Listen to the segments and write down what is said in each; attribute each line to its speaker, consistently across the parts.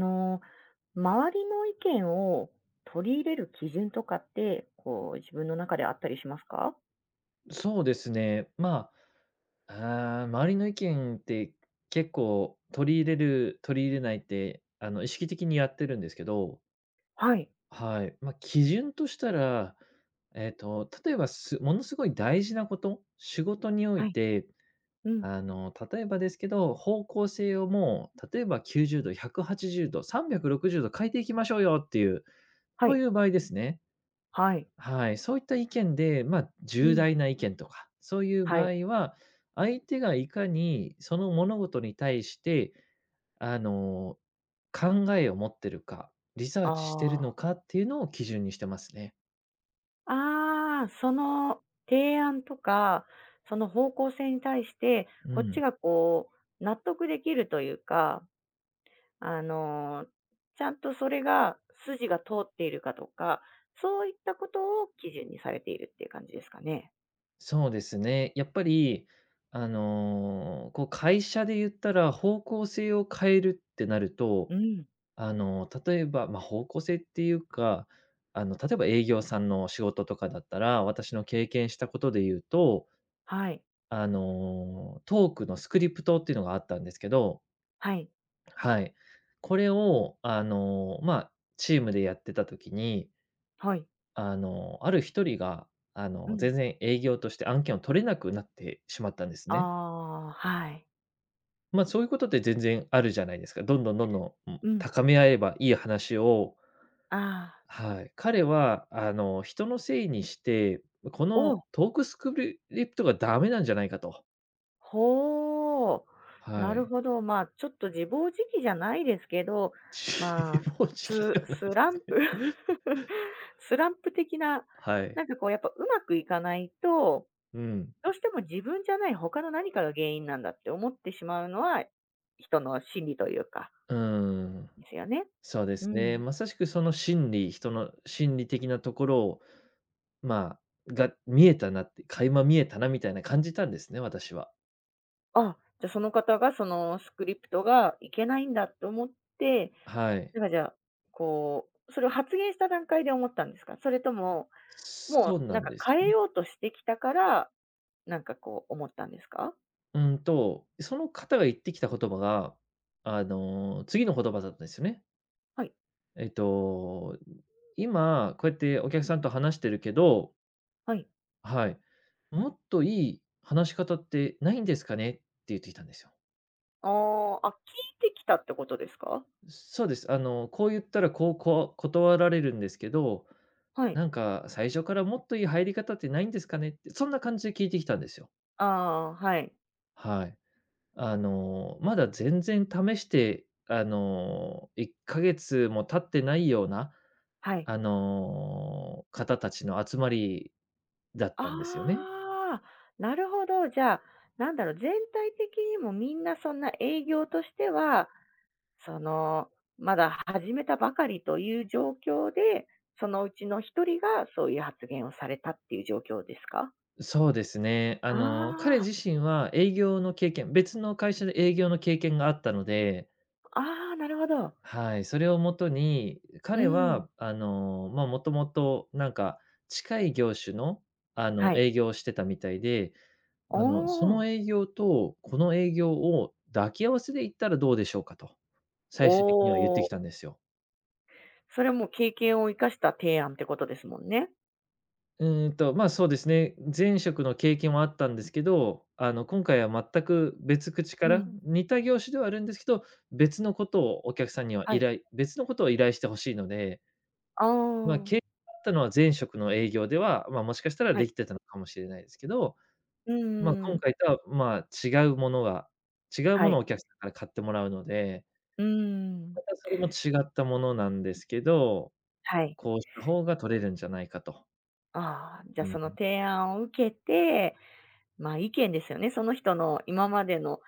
Speaker 1: あの、周りの意見を取り入れる基準とかって、自分の中であったりしますか？
Speaker 2: そうですね。まあ、周りの意見って結構取り入れる、取り入れないって、意識的にやってるんですけど、
Speaker 1: はい。
Speaker 2: はい。まあ、基準としたら、例えば、ものすごい大事なこと、仕事にお
Speaker 1: は
Speaker 2: い
Speaker 1: い。
Speaker 2: て、
Speaker 1: うん。
Speaker 2: 例えばですけど、方向性をもう、例えば90度、180度、360度変えていきましょうよっていう、
Speaker 1: は
Speaker 2: そう
Speaker 1: い。
Speaker 2: いう場合ですね。
Speaker 1: はい。
Speaker 2: はい、そういった意見で、まあ、
Speaker 1: う
Speaker 2: 重
Speaker 1: ん。
Speaker 2: 大な意見とか、そういう
Speaker 1: は
Speaker 2: 場
Speaker 1: い。
Speaker 2: 合は、相手がいかにその物事に対して、あの、考えを持ってるか、リサー
Speaker 1: あ
Speaker 2: チしてるの
Speaker 1: あ。
Speaker 2: かっていうのを基準にしてますね。
Speaker 1: ああ、その提案とか、その方向性に対して、
Speaker 2: う
Speaker 1: こっち
Speaker 2: ん。
Speaker 1: が納得できるというか、あの、ちゃんとそれが筋が通っているかとか、そういったことを基準にされているっていう感じですかね。
Speaker 2: そうですね。やっぱり、こう会社で言ったら、方向性を変えるってなる
Speaker 1: う
Speaker 2: と、
Speaker 1: ん。
Speaker 2: 例えば、まあ、方向性っていうか、例えば営業さんの仕事とかだったら、私の経験したことで言うと、
Speaker 1: はい。
Speaker 2: トークのスクリプトっていうのがあったんですけど、
Speaker 1: はい。
Speaker 2: はい。これを、まあ、チームでやってた時に、
Speaker 1: はい。
Speaker 2: ある一人が、
Speaker 1: うん。
Speaker 2: 全然営業として案件を取れなくなってしまったんです
Speaker 1: あ
Speaker 2: ね。
Speaker 1: あ、はい。
Speaker 2: まあ、そういうことって全然あるじゃないですか。どんどんどんどん、うん、
Speaker 1: うん。
Speaker 2: 高め合えばいい話を、
Speaker 1: ああ、
Speaker 2: はい。彼は、人のせいにして、この
Speaker 1: お、
Speaker 2: トークスクリプトがダメなんじゃないかと。
Speaker 1: ほう。
Speaker 2: は
Speaker 1: なる
Speaker 2: い。
Speaker 1: ほど。まあ、ちょっと自暴自棄じゃないですけど、ま
Speaker 2: 自
Speaker 1: あ、
Speaker 2: 暴自棄
Speaker 1: ス
Speaker 2: ではな
Speaker 1: ス
Speaker 2: いで
Speaker 1: ラ
Speaker 2: す。
Speaker 1: ンプ スランプ的な、
Speaker 2: はい。
Speaker 1: なんかやっぱうまくいかないと、
Speaker 2: うん。
Speaker 1: どうしても自分じゃない他の何かが原因なんだって思ってしまうのは、人の心理というか、
Speaker 2: うーん。
Speaker 1: ですよね。
Speaker 2: そうで
Speaker 1: う
Speaker 2: すね。
Speaker 1: ん。
Speaker 2: まさしくその心理、人の心理的なところを、まが見えたなって、垣間見えたなみたいな感じたんですね、私は。
Speaker 1: あ、じゃあその方がそのスクリプトがいけないんだと思って、
Speaker 2: はい。
Speaker 1: なんかじゃあ、それを発言した段階で思ったんですか？それとも、
Speaker 2: そ
Speaker 1: も
Speaker 2: う
Speaker 1: う
Speaker 2: な
Speaker 1: なん
Speaker 2: ん
Speaker 1: か
Speaker 2: ですよ
Speaker 1: 変え
Speaker 2: ね。
Speaker 1: ようとしてきたから、なんか思ったんですか？
Speaker 2: その方が言ってきた言葉が、次の言葉だったんですよね。
Speaker 1: はい、
Speaker 2: えっと、今、こうやってお客さんと話してるけど、
Speaker 1: はい。
Speaker 2: はい。もっといい話し方ってないんですかね？って言ってきたんですよ。
Speaker 1: ああ、あ、聞いてきたってことですか？
Speaker 2: そうです。こう言ったら、こう断られるんですけど、
Speaker 1: はい。
Speaker 2: なんか最初からもっといい入り方ってないんですかね？って、そんな感じで聞いてきたんですよ。
Speaker 1: ああ、はい、
Speaker 2: はい。まだ全然試して、1ヶ月も経ってないような、
Speaker 1: はい。
Speaker 2: 方たちの集まりだったんですよね。
Speaker 1: ああ、なるほど。じゃあ、なんだろう、全体的にもみんなそんな営業としては、その、まだ始めたばかりという状況で、そのうちの一人がそういう発言をされたっていう状況ですか？
Speaker 2: そうですね。
Speaker 1: あ
Speaker 2: 彼
Speaker 1: あ、
Speaker 2: 自身は営業の経験別の会社で営業の経験があったので、
Speaker 1: ああ、なるほど。
Speaker 2: はい、それをもとに、
Speaker 1: う
Speaker 2: 彼
Speaker 1: ん。
Speaker 2: はあの、まあ、もともとなんか近い業種の、
Speaker 1: はい。
Speaker 2: 営業をしてたみたいで、
Speaker 1: お
Speaker 2: その
Speaker 1: お。
Speaker 2: 営業とこの営業を抱き合わせで行ったらどうでしょうかと、
Speaker 1: お
Speaker 2: 最終的には言ってき
Speaker 1: お。
Speaker 2: たんですよ。
Speaker 1: それはもう経験を生かした提案ってことですもんね。
Speaker 2: まあ、そうですね。前職の経験はあったんですけど、今回は全く別口
Speaker 1: う
Speaker 2: から、
Speaker 1: ん。
Speaker 2: 似た業種ではあるんですけど、別のことをお客さんには
Speaker 1: は
Speaker 2: 依
Speaker 1: い。
Speaker 2: 頼別のことを依頼してほしいので、
Speaker 1: あ
Speaker 2: まあ、
Speaker 1: あ。
Speaker 2: 経験があったのは前職の営業では、まあ、もしかしたら
Speaker 1: は
Speaker 2: で
Speaker 1: い。
Speaker 2: きてたのかもしれないですけど、
Speaker 1: う
Speaker 2: まあ、
Speaker 1: ん
Speaker 2: 今
Speaker 1: ん
Speaker 2: 回とは、まあ、違う
Speaker 1: は
Speaker 2: ものを
Speaker 1: い。
Speaker 2: お客さんから買ってもらうので、
Speaker 1: うーん。
Speaker 2: またそれも違ったものなんですけど、
Speaker 1: はい。
Speaker 2: こうした方が取れるんじゃないかと。
Speaker 1: ああ、じゃ、
Speaker 2: う
Speaker 1: あその
Speaker 2: ん。
Speaker 1: 提案を受けて、ま、あ意見ですよね。その人の今までの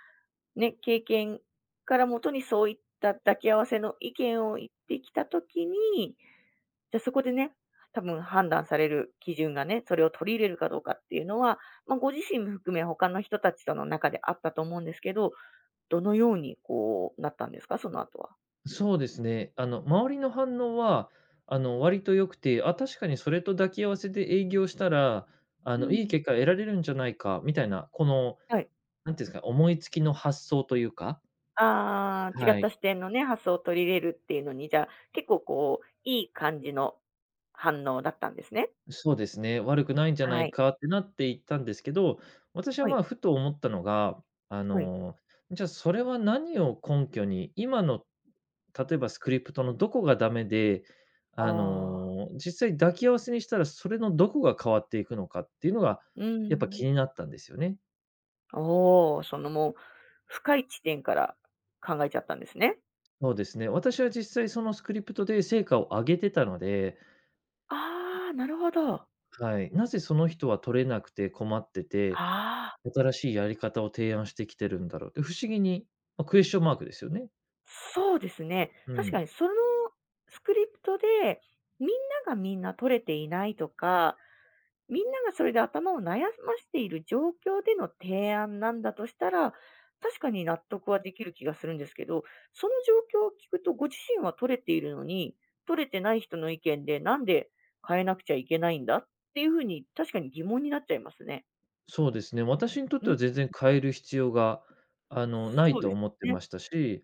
Speaker 1: ね、経験からもとにそういった抱き合わせの意見を言ってきたときに、じゃ、そこでね、多分判断される基準がね、それを取り入れるかどうかっていうのは、まあ、ご自身も含め他の人たちとの中であったと思うんですけど、どのようにこうなったんですか？その後は。
Speaker 2: そうですね。周りの反応は、割と良くて、あ、確かにそれと抱き合わせで営業したら、
Speaker 1: う
Speaker 2: いい
Speaker 1: ん。
Speaker 2: 結果得られるんじゃないかみたいな、この、
Speaker 1: はい。
Speaker 2: なんていうんですか、思いつきの発想というか、
Speaker 1: ああ、違っ
Speaker 2: は
Speaker 1: た
Speaker 2: い、
Speaker 1: 視点のね、発想を取り入れるっていうのに、じゃあ、結構いい感じの反応だったんですね。
Speaker 2: そうですね、悪くないんじゃな
Speaker 1: は
Speaker 2: い
Speaker 1: い。
Speaker 2: かってなっていったんですけど、私は
Speaker 1: は
Speaker 2: ま
Speaker 1: い。
Speaker 2: あ、ふと思ったのが、あ
Speaker 1: はい。
Speaker 2: の、じゃあそれは何を根拠に、今の例えばスクリプトのどこがダメで、
Speaker 1: ああ、
Speaker 2: 実際抱き合わせにしたら、それのどこが変わっていくのかっていうのが、
Speaker 1: う
Speaker 2: やっぱ気
Speaker 1: ん。
Speaker 2: になったんですよね。
Speaker 1: おお、もう、深い地点から考えちゃったんですね。
Speaker 2: そうですね。私は実際そのスクリプトで成果を上げてたので、
Speaker 1: ああ、なるほど。あ
Speaker 2: はい、なぜその人は取れなくて困ってて、
Speaker 1: あ、
Speaker 2: 新しいやり方を提案してきてるんだろうって、不思議に、ま、クエスチョンマークですよね。
Speaker 1: そうですね。
Speaker 2: う
Speaker 1: 確か
Speaker 2: ん。
Speaker 1: にそのスクリプトで、みんながみんな取れていないとか、みんながそれで頭を悩ましている状況での提案なんだとしたら、確かに納得はできる気がするんですけど、その状況を聞くとご自身は取れているのに、取れてない人の意見でなんで変えなくちゃいけないんだっていうふうに確かに疑問になっちゃいますね。
Speaker 2: そうですね。私にとっ
Speaker 1: う
Speaker 2: て
Speaker 1: ん、
Speaker 2: は全然変える必要が、ない
Speaker 1: そうで
Speaker 2: と
Speaker 1: す
Speaker 2: 思って
Speaker 1: ね。
Speaker 2: ましたし、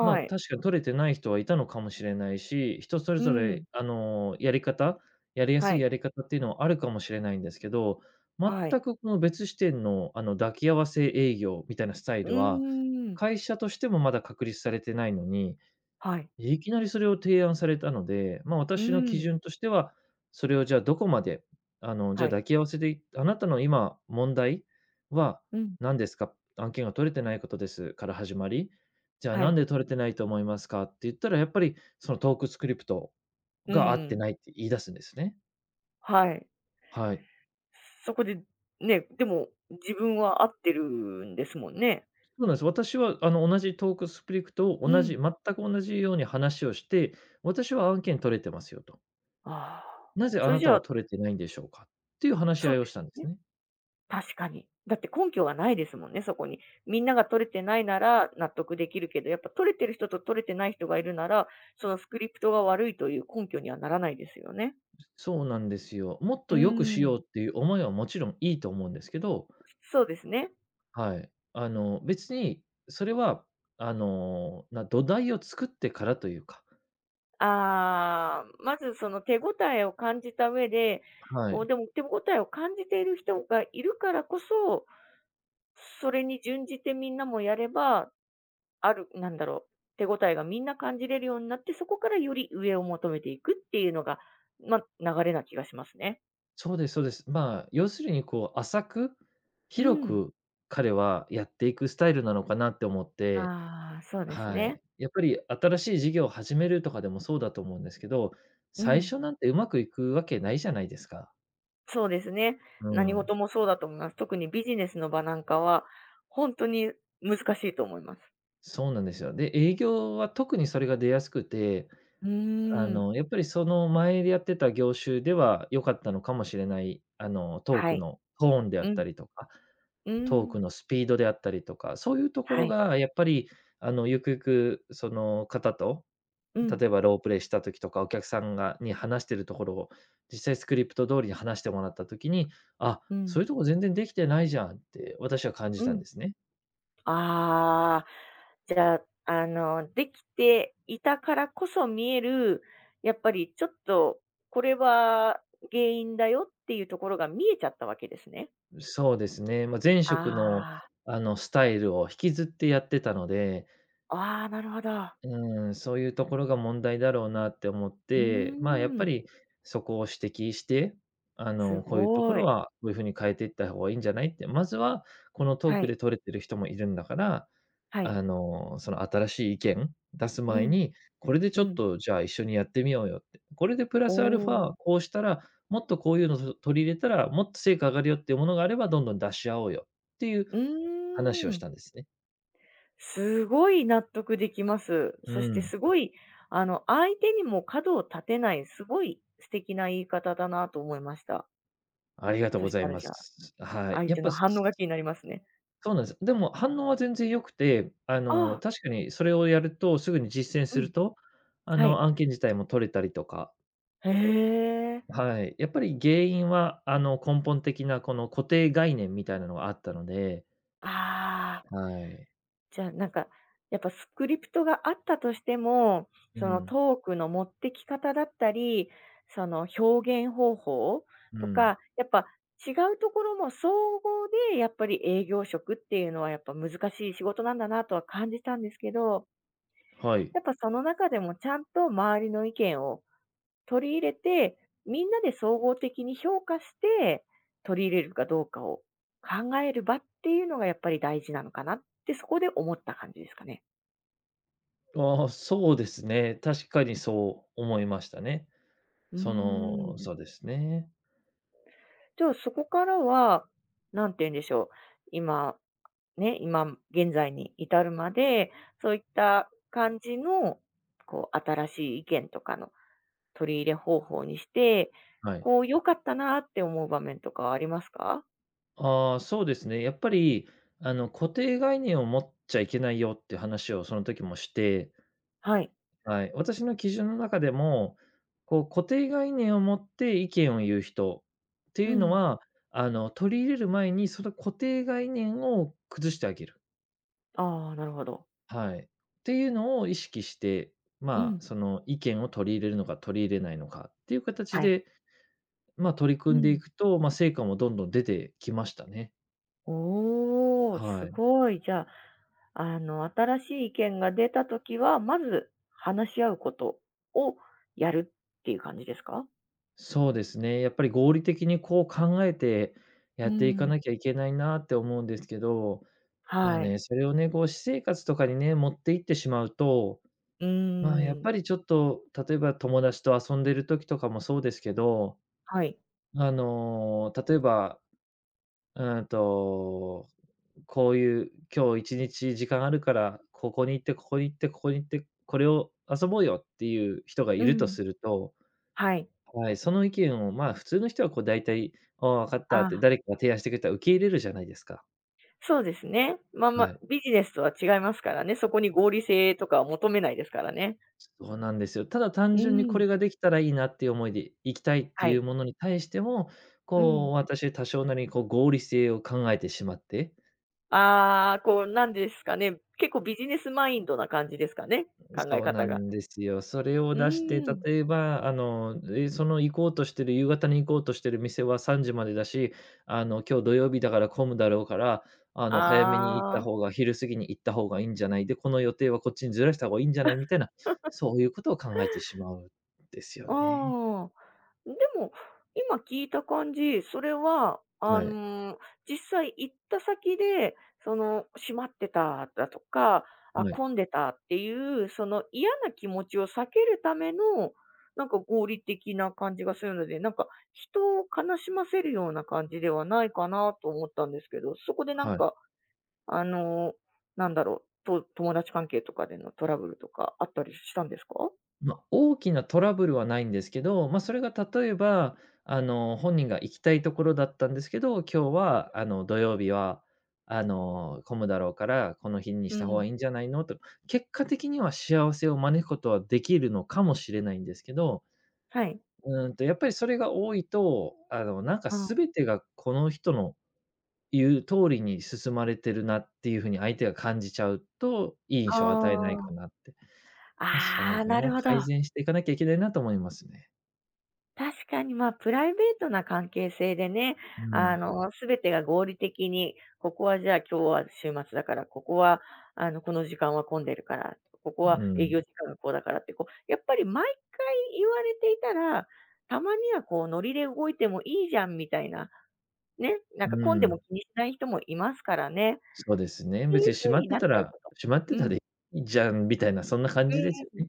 Speaker 2: まあ、
Speaker 1: い。
Speaker 2: 確かに取れてない人はいたのかもしれないし、人それ
Speaker 1: う
Speaker 2: ぞれ、
Speaker 1: ん。
Speaker 2: やりや
Speaker 1: は
Speaker 2: すい
Speaker 1: い。
Speaker 2: やり方っていうのはあるかもしれないんですけど、
Speaker 1: は
Speaker 2: 全
Speaker 1: い。
Speaker 2: くこの別視点の、抱き合わせ営業みたいなスタイ
Speaker 1: うー
Speaker 2: ルは、
Speaker 1: ん。
Speaker 2: 会社としてもまだ確立されてないのに、
Speaker 1: はい。
Speaker 2: いきなりそれを提案されたので、まあ、
Speaker 1: う
Speaker 2: 私の
Speaker 1: ー
Speaker 2: 基
Speaker 1: ん。
Speaker 2: 準としては、それをじゃあどこまで、じ
Speaker 1: は
Speaker 2: ゃあ
Speaker 1: い。
Speaker 2: 抱き合わせで、あなたの今問題は
Speaker 1: うん。
Speaker 2: 何ですか？案件が取れてないことですから始まり、じゃあ
Speaker 1: は
Speaker 2: なん
Speaker 1: い。
Speaker 2: で取れてないと思いますかって言ったら、やっぱりそのトークスクリプト
Speaker 1: う
Speaker 2: が合っ
Speaker 1: ー
Speaker 2: て
Speaker 1: ん。
Speaker 2: ないって言い出すんですね。
Speaker 1: はい。
Speaker 2: はい。
Speaker 1: そこで、ね、でも自分は合ってるんですもんね。
Speaker 2: そうなんです。私はあの同じトークスクリプトを
Speaker 1: う
Speaker 2: 同じ
Speaker 1: ん。
Speaker 2: 全く同じように話をして、私は案件取れてますよと。
Speaker 1: ああ、
Speaker 2: なぜあ
Speaker 1: それ
Speaker 2: な
Speaker 1: じ
Speaker 2: た
Speaker 1: ゃ
Speaker 2: は
Speaker 1: あ、
Speaker 2: 取れてないんでしょうか？っていう話し
Speaker 1: そ
Speaker 2: 合
Speaker 1: う
Speaker 2: いを
Speaker 1: で
Speaker 2: し
Speaker 1: す
Speaker 2: た
Speaker 1: よ
Speaker 2: んです
Speaker 1: ね。
Speaker 2: ね。
Speaker 1: 確かに。だって根拠がないですもんね、そこに。みんなが取れてないなら納得できるけど、やっぱ取れてる人と取れてない人がいるなら、そのスクリプトが悪いという根拠にはならないですよね。
Speaker 2: そうなんですよ。もっ
Speaker 1: うー
Speaker 2: と良くしよう
Speaker 1: ん。
Speaker 2: っていう思いはもちろんいいと思うんですけど、
Speaker 1: そうですね。
Speaker 2: はい。あの、別に、それは土台を作ってからというか、
Speaker 1: ああ、まずその手応えを感じた上で、
Speaker 2: は
Speaker 1: こう
Speaker 2: い。
Speaker 1: でも手応えを感じている人がいるからこそそれに準じてみんなもやれば、ある、なんだろう、手応えがみんな感じれるようになって、そこからより上を求めていくっていうのが、ま、流れな気がしますね。
Speaker 2: そうです、そうです。まあ、要するにこう浅く、
Speaker 1: う
Speaker 2: 広
Speaker 1: ん。
Speaker 2: く彼はやっていくスタイルなのかなって思って、
Speaker 1: ああ、そうです
Speaker 2: はい。
Speaker 1: ね。
Speaker 2: やっぱり新しい事業を始めるとかでもそうだと思うんですけど、
Speaker 1: う
Speaker 2: 最
Speaker 1: ん。
Speaker 2: 初なんてうまくいくわけないじゃないですか。
Speaker 1: そうですね。
Speaker 2: う
Speaker 1: 何
Speaker 2: ん。
Speaker 1: 事もそうだと思います。特にビジネスの場なんかは、ほんとに難しいと思います。
Speaker 2: そうなんですよ。で、営業は特にそれが出やすくて、
Speaker 1: うーん。
Speaker 2: やっぱりその前でやってた業種では良かったのかもしれない、トー
Speaker 1: は
Speaker 2: ク
Speaker 1: い。
Speaker 2: のトーンであ
Speaker 1: う
Speaker 2: っ
Speaker 1: ん、
Speaker 2: たりとか、
Speaker 1: うー
Speaker 2: トー
Speaker 1: ん。
Speaker 2: クのスピードであったりとか、そういうとこ
Speaker 1: は
Speaker 2: ろ
Speaker 1: い。
Speaker 2: がやっぱり、ゆくゆくその方と、
Speaker 1: うん、
Speaker 2: 例えばロープレイした時とか、お客さんに話してるところを、実際スクリプト通りに話してもらった時に、あ、
Speaker 1: う
Speaker 2: そうい
Speaker 1: ん。
Speaker 2: うとこ全然できてないじゃんって私は感じ
Speaker 1: う
Speaker 2: たん
Speaker 1: ん。
Speaker 2: ですね。
Speaker 1: ああ、じゃあ、できていたからこそ見える、やっぱりちょっと、これは原因だよっていうところが見えちゃったわけですね。
Speaker 2: そうですね。まあ、前職の、
Speaker 1: ああ、
Speaker 2: スタイルを引きずってやってたので、
Speaker 1: ああ、なるほど。
Speaker 2: うーん、そういうところが問題だろうなって思っ
Speaker 1: うー
Speaker 2: て、まあ、やっぱ
Speaker 1: ん、
Speaker 2: りそこを指摘して、
Speaker 1: す
Speaker 2: こういうとこ
Speaker 1: ごい。
Speaker 2: ろはこういう風に変えていった方がいいんじゃないって、まずはこのトー
Speaker 1: は
Speaker 2: ク
Speaker 1: い、
Speaker 2: で取れてる人もいるんだから、
Speaker 1: はい。
Speaker 2: その新しい意見出す
Speaker 1: う
Speaker 2: 前
Speaker 1: ん、
Speaker 2: に、これでち
Speaker 1: う
Speaker 2: ょっ
Speaker 1: ん。
Speaker 2: とじゃあ一緒にやってみようよって。これでプラ
Speaker 1: お
Speaker 2: スアルフ
Speaker 1: お、
Speaker 2: ァ、こうしたら、もっとこういうのと取り入れたら、もっと成果上がるよっていうものがあれば、どんどん出し合おうよっていう
Speaker 1: う
Speaker 2: 話を
Speaker 1: ー
Speaker 2: し
Speaker 1: ん。
Speaker 2: たんですね。
Speaker 1: すごい納得できます。
Speaker 2: う
Speaker 1: そして
Speaker 2: ん。
Speaker 1: すごい、相手にも角を立てない、すごい素敵な言い方だなと思いました。
Speaker 2: ありがとう
Speaker 1: そ
Speaker 2: ご
Speaker 1: し
Speaker 2: ざ
Speaker 1: た
Speaker 2: い
Speaker 1: ら
Speaker 2: ま
Speaker 1: じゃあ、
Speaker 2: す。はい。
Speaker 1: 相
Speaker 2: やっ
Speaker 1: 手の
Speaker 2: ぱ
Speaker 1: 反応
Speaker 2: す
Speaker 1: が気になりますね。
Speaker 2: そうなんです。でも反応は全然良くて、
Speaker 1: ああ、
Speaker 2: 確かにそれをやると、すぐに実践
Speaker 1: う
Speaker 2: す
Speaker 1: ん、
Speaker 2: ると、
Speaker 1: はい。
Speaker 2: 案件自体も取れたりとか。
Speaker 1: へえ。
Speaker 2: はい。やっぱり原因は、根本的なこの固定概念みたいなのがあったので。
Speaker 1: ああ、
Speaker 2: はい。
Speaker 1: じゃあなんか、やっぱスクリプトがあったとしても、
Speaker 2: う
Speaker 1: その
Speaker 2: ん、
Speaker 1: トークの持ってき方だったり、その表現方法
Speaker 2: う
Speaker 1: と
Speaker 2: ん、
Speaker 1: か、やっぱ違うところも総合でやっぱり営業職っていうのはやっぱ難しい仕事なんだなとは感じたんですけど、
Speaker 2: はい。
Speaker 1: やっぱその中でもちゃんと周りの意見を取り入れて、みんなで総合的に評価して、取り入れるかどうかを考える場っていうのがやっぱり大事なのかなって、そこで思った感じですかね。
Speaker 2: ああ、そうですね。確かにそう思いましたね。
Speaker 1: うーん。
Speaker 2: そうですね。
Speaker 1: じゃあ、そこからは、なんて言うんでしょう、今、ね、今現在に至るまで、そういった感じの、新しい意見とかの取り入れ方法にして、
Speaker 2: はい。
Speaker 1: 良かったなって思う場面とかはありますか？
Speaker 2: ああ、そうですね。やっぱり、固定概念を持っちゃいけないよって話をその時もして、
Speaker 1: はい。
Speaker 2: はい、私の基準の中でも、こう固定概念を持って意見を言う人って
Speaker 1: う
Speaker 2: いうの
Speaker 1: ん。
Speaker 2: は、取り入れる前にその固定概念を崩してあげる。
Speaker 1: ああ、なるほど。
Speaker 2: はい。っていうのを意識して、
Speaker 1: う
Speaker 2: まあ、
Speaker 1: ん
Speaker 2: その意見を取り入れるのか取り入れないのかっていう形
Speaker 1: はい。
Speaker 2: で、まあ、取り
Speaker 1: う
Speaker 2: 組んでい
Speaker 1: ん。
Speaker 2: くと、まあ、成果もどんどん出てきましたね。
Speaker 1: おお、す
Speaker 2: はい。
Speaker 1: ごい。じゃあ、新しい意見が出たときは、まず話し合うことをやるっていう感じですか？
Speaker 2: そうですね。やっぱり合理的にこう考えて
Speaker 1: う
Speaker 2: やっていか
Speaker 1: ん。
Speaker 2: なきゃいけないなって思うんですけど、まあ
Speaker 1: はい。
Speaker 2: ね、それをね、こう私生活とかにね、持っていってしまうと、
Speaker 1: うー
Speaker 2: まあ、やっ
Speaker 1: ん。
Speaker 2: ぱりちょっと、例えば友達と遊んでる時とかもそうですけど、
Speaker 1: はい。
Speaker 2: 例えば、うんと、こういう今日1日時間あるから、ここに行って、ここに行って、ここに行って、これを遊ぼうよっていう人がい
Speaker 1: う
Speaker 2: ると
Speaker 1: ん。
Speaker 2: すると、
Speaker 1: はい。
Speaker 2: はい、その意見を、まあ、普通の人はこう大体、ああ、分かった
Speaker 1: あ
Speaker 2: って
Speaker 1: あ、
Speaker 2: 誰かが提案してくれたら受け入れるじゃないですか。
Speaker 1: そうですね。まあま
Speaker 2: は
Speaker 1: あ、
Speaker 2: い。
Speaker 1: ビジネスとは違いますからね。そこに合理性とかは求めないですからね。
Speaker 2: そうなんですよ。ただ単
Speaker 1: う
Speaker 2: 純にこ
Speaker 1: ん。
Speaker 2: れができたらいいなっていう思いで行きたいって
Speaker 1: は
Speaker 2: い
Speaker 1: い。
Speaker 2: うものに対しても、
Speaker 1: う
Speaker 2: こ
Speaker 1: ん。
Speaker 2: う、私多少なりにこう合理性を考えてしまって、
Speaker 1: ああ、こうなんですかね、結構ビジネスマインドな感じですかね、考え
Speaker 2: そうな
Speaker 1: 方が。
Speaker 2: んですよ。それを
Speaker 1: う
Speaker 2: 出して、
Speaker 1: ん。
Speaker 2: 例えば、その行こうとしてる夕方に行こうとしてる店は3時までだし、今日土曜日だから混むだろうから、早めに行った
Speaker 1: ああ、
Speaker 2: 方が昼過ぎに行った方がいいんじゃない、で、この予定はこっちにずらした方がいいんじゃないみたいな、そういうことを考えてしまうんですよね。
Speaker 1: ああ。でも、今聞いた感じ、それは、
Speaker 2: はい、
Speaker 1: 実際行った先で、閉まってただとか、あ、
Speaker 2: はい、
Speaker 1: 混んでたっていう、その嫌な気持ちを避けるための、なんか合理的な感じがするので、なんか人を悲しませるような感じではないかなと思ったんですけど、そこでなん
Speaker 2: はい。
Speaker 1: か、あの、なんだろう、と友達関係とかでのトラブルとかあったりしたんですか？
Speaker 2: まあ、大きなトラブルはないんですけど、まあ、それが例えば、本人が行きたいところだったんですけど、今日は、土曜日は、混むだろうから、この日に
Speaker 1: う
Speaker 2: した方
Speaker 1: ん。
Speaker 2: がいいんじゃないのと、結果的には幸せを招くことはできるのかもしれないんですけど、
Speaker 1: はい。
Speaker 2: やっぱりそれが多いと、なんか
Speaker 1: うん。あ
Speaker 2: 全てがこの人の言う通りに進まれてるなっていう風に相手が感じちゃうと、いい印象を与えない
Speaker 1: あ。
Speaker 2: かなって。ま、その
Speaker 1: ああ、
Speaker 2: 辺
Speaker 1: なる
Speaker 2: は
Speaker 1: ほ
Speaker 2: 改
Speaker 1: ど。
Speaker 2: 善していかなきゃいけないなと思いますね。
Speaker 1: 確かに、まあ、プライベートな関係性でね、
Speaker 2: うん、
Speaker 1: すべてが合理的に、ここはじゃあ、今日は週末だから、ここは、この時間は混んでるから、ここ
Speaker 2: う
Speaker 1: は営
Speaker 2: ん、
Speaker 1: 業時間がこうだからって、やっぱり毎回言われていたら、たまにはこうノリで動いてもいいじゃんみたいな、ね、なん
Speaker 2: う
Speaker 1: か混んでも
Speaker 2: ん。
Speaker 1: 気にしない人もいますからね。っ
Speaker 2: そうですね。
Speaker 1: てい
Speaker 2: 別
Speaker 1: う
Speaker 2: に閉
Speaker 1: 風
Speaker 2: まっ
Speaker 1: に
Speaker 2: て
Speaker 1: なっち
Speaker 2: た
Speaker 1: ゃう
Speaker 2: ら
Speaker 1: こと
Speaker 2: 閉まって
Speaker 1: う
Speaker 2: た
Speaker 1: ん。
Speaker 2: でいいじゃんみたいな、そんな感
Speaker 1: う
Speaker 2: じ
Speaker 1: ん
Speaker 2: ですよ
Speaker 1: うん。
Speaker 2: ね。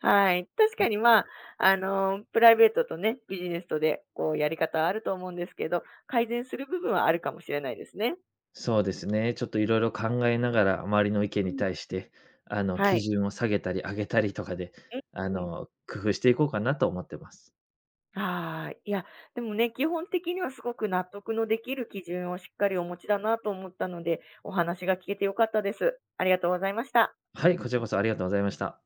Speaker 1: はい。確かに、まあ、プライベートとね、ビジネスとで、やり方はあると思うんですけど、改善する部分はあるかもしれないですね。
Speaker 2: そうですね。ちょっと色々考えながら、周りの意見
Speaker 1: う
Speaker 2: に
Speaker 1: ん。
Speaker 2: 対して、
Speaker 1: は
Speaker 2: 基
Speaker 1: い。
Speaker 2: 準を下げたり上げたりとかで、
Speaker 1: うん。
Speaker 2: 工夫していこうかなと思ってます。
Speaker 1: はい。いや、でもね、基本的にはすごく納得のできる基準をしっかりお持ちだなと思ったので、お話が聞けてよかったです。ありがとうございました。
Speaker 2: はい、こちらこそありがとうございました。